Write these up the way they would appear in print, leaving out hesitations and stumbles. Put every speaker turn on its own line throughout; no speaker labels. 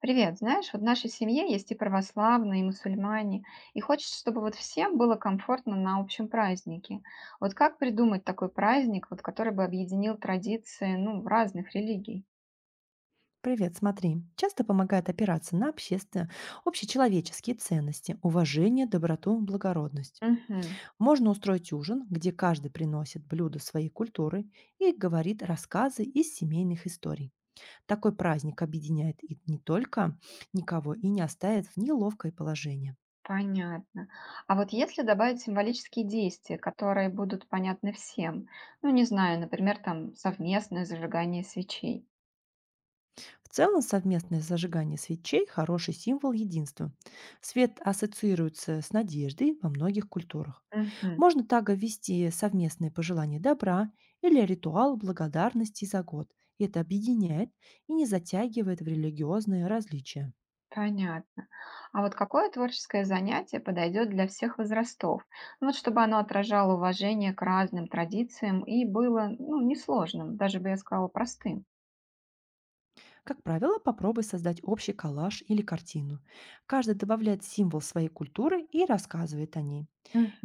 Привет, знаешь, вот в нашей семье есть и православные, и мусульмане, и хочется, чтобы вот всем было комфортно на общем празднике. Вот как придумать такой праздник, вот который бы объединил традиции, ну, разных религий?
Привет, смотри. Часто помогает опираться на общественно общечеловеческие ценности, уважение, доброту, благородность.
Угу,
Можно устроить ужин, где каждый приносит блюдо своей культуры и говорит рассказы из семейных историй. Такой праздник объединяет и не только никого и не оставит в неловкое положение.
понятно. А вот если добавить символические действия, которые будут понятны всем, ну, не знаю, например, там совместное зажигание свечей.
В целом, совместное зажигание свечей– хороший символ единства. Свет ассоциируется с надеждой во многих культурах.
Мгм.
Можно также ввести совместные пожелания добра или ритуал благодарности за год. Это объединяет и не затягивает в религиозные различия.
Понятно. А вот какое творческое занятие подойдет для всех возрастов? Ну, вот чтобы оно отражало уважение к разным традициям и было, ну, несложным, даже бы я сказала, простым.
Как правило, попробуй создать общий коллаж или картину. Каждый добавляет символ своей культуры и рассказывает о ней.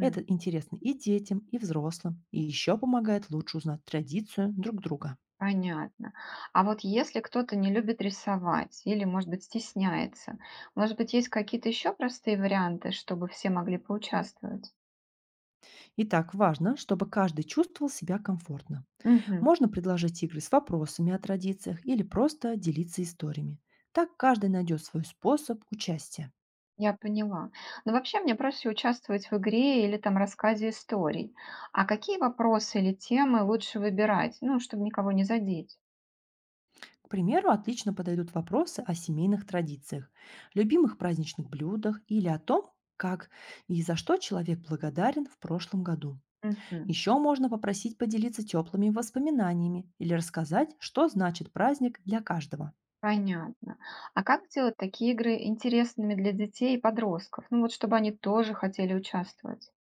Это интересно и детям, и взрослым, и еще помогает лучше узнать традицию друг друга.
Понятно. А вот если кто-то не любит рисовать или, может быть, стесняется, может быть, есть какие-то еще простые варианты, чтобы все могли поучаствовать?
Итак, важно, чтобы каждый чувствовал себя комфортно.
Мгм.
Можно предложить игры с вопросами о традициях или просто делиться историями. Так каждый найдет свой способ участия.
Я поняла. Но вообще мне проще участвовать в игре или там рассказе историй. А какие вопросы или темы лучше выбирать, ну, чтобы никого не задеть?
К примеру, отлично подойдут вопросы о семейных традициях, любимых праздничных блюдах или о том, как и за что человек благодарен в прошлом году.
Мгм.
Еще можно попросить поделиться теплыми воспоминаниями или рассказать, что значит праздник для каждого.
Понятно. А как сделать такие игры интересными для детей и подростков? Ну, вот чтобы они тоже хотели участвовать.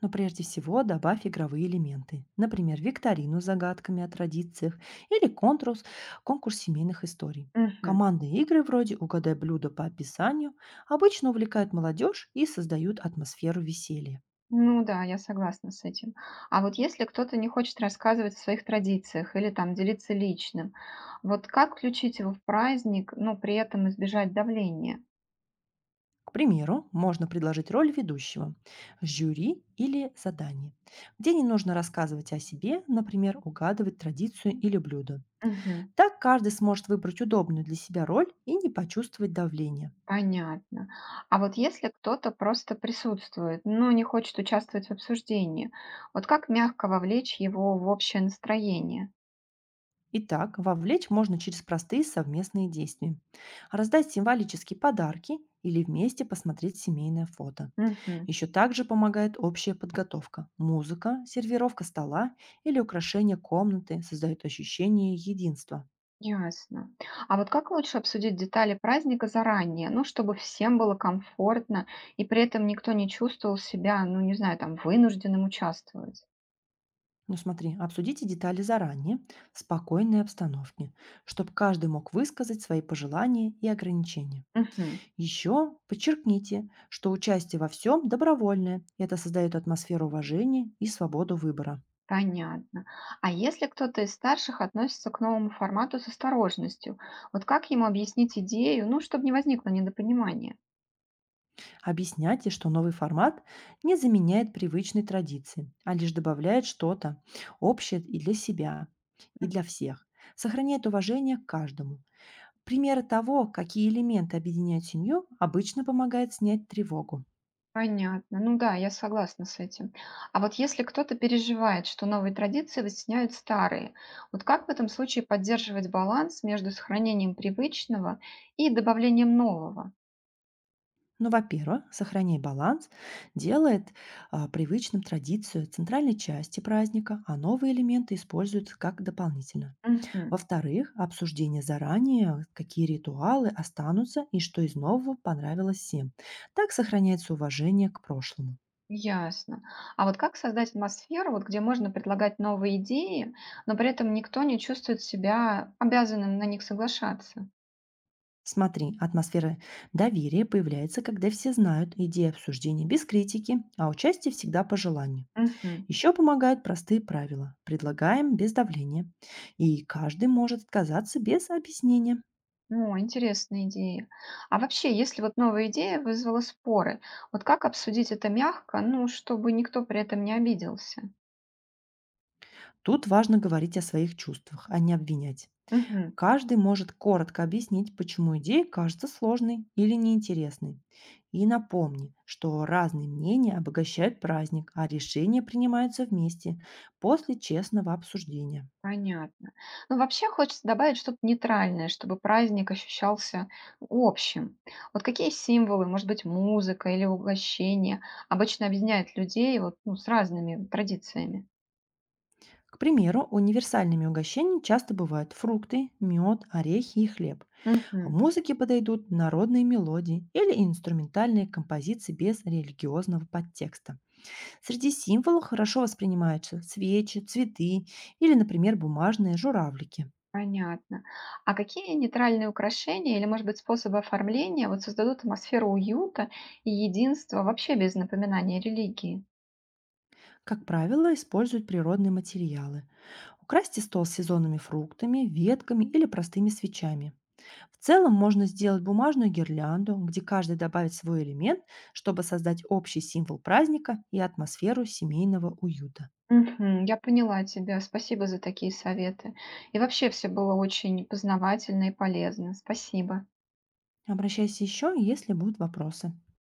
Но прежде всего добавь игровые элементы, например, викторину с загадками о традициях или конкурс семейных историй.
Мгм.
Командные игры вроде «Угадай блюдо по описанию» обычно увлекают молодежь и создают атмосферу веселья.
Ну да, я согласна с этим. А вот если кто-то не хочет рассказывать о своих традициях или там делиться личным, вот как включить его в праздник, но при этом избежать давления?
К примеру, можно предложить роль ведущего, жюри или задание, где не нужно рассказывать о себе, например, угадывать традицию или блюдо.
Мгм.
Так каждый сможет выбрать удобную для себя роль и не почувствовать давления.
Понятно. А вот если кто-то просто присутствует, но не хочет участвовать в обсуждении, вот как мягко вовлечь его в общее настроение?
Итак, вовлечь можно через простые совместные действия. Раздать символические подарки или вместе посмотреть семейное фото.
Мгм.
Еще также помогает общая подготовка. Музыка, сервировка стола или украшение комнаты создают ощущение единства.
Ясно. А вот как лучше обсудить детали праздника заранее, ну, чтобы всем было комфортно и при этом никто не чувствовал себя, ну, не знаю, там, вынужденным участвовать?
Ну смотри, обсудите детали заранее, в спокойной обстановке, чтобы каждый мог высказать свои пожелания и ограничения.
Мгм.
Еще подчеркните, что участие во всем добровольное. Это создает атмосферу уважения и свободу выбора.
Понятно. А если кто-то из старших относится к новому формату с осторожностью, вот как ему объяснить идею, ну, чтобы не возникло недопонимания?
Объясняйте, что новый формат не заменяет привычной традиции, а лишь добавляет что-то общее и для себя, и
М,
для всех. Сохраняет уважение к каждому. Примеры того, какие элементы объединяют семью, обычно помогает снять тревогу.
понятно. Ну да, я согласна с этим. А вот если кто-то переживает, что новые традиции вытесняют старые, вот как в этом случае поддерживать баланс между сохранением привычного и добавлением нового?
Ну, во-первых, сохраняй баланс, делает привычным традицию центральной части праздника, а новые элементы используют как дополнительно.
Мгм.
Во-вторых, обсуждение заранее, какие ритуалы останутся и что из нового понравилось всем. Так сохраняется уважение к прошлому.
Ясно. А вот как создать атмосферу, вот, где можно предлагать новые идеи, но при этом никто не чувствует себя обязанным на них соглашаться?
Смотри, атмосфера доверия появляется, когда все знают идеи обсуждения без критики, а участие всегда по желанию.
Мгм.
Еще помогают простые правила. Предлагаем без давления. И каждый может отказаться без объяснения.
Ну, интересная идея. А вообще, если вот новая идея вызвала споры, вот как обсудить это мягко, ну, чтобы никто при этом не обиделся?
Тут важно говорить о своих чувствах, а не обвинять.
Мгм,
Каждый может коротко объяснить, почему идея кажется сложной или неинтересной. И напомни, что разные мнения обогащают праздник, а решения принимаются вместе после честного обсуждения.
понятно. Ну, вообще хочется добавить что-то нейтральное, чтобы праздник ощущался общим. Вот какие символы, может быть, музыка или угощение обычно объединяет людей вот, ну, с разными традициями?
К примеру, универсальными угощениями часто бывают фрукты, мед, орехи и хлеб. В
Мгм.
музыке подойдут народные мелодии или инструментальные композиции без религиозного подтекста. Среди символов хорошо воспринимаются свечи, цветы или, например, бумажные журавлики.
Понятно. А какие нейтральные украшения или, может быть, способы оформления вот создадут атмосферу уюта и единства вообще без напоминания религии?
Как правило, используют природные материалы. Украсьте стол сезонными фруктами, ветками или простыми свечами. В целом можно сделать бумажную гирлянду, где каждый добавит свой элемент, чтобы создать общий символ праздника и атмосферу семейного уюта.
Мгм. Я поняла тебя. Спасибо за такие советы. И вообще все было очень познавательно и полезно. Спасибо.
Обращайся еще, если будут вопросы.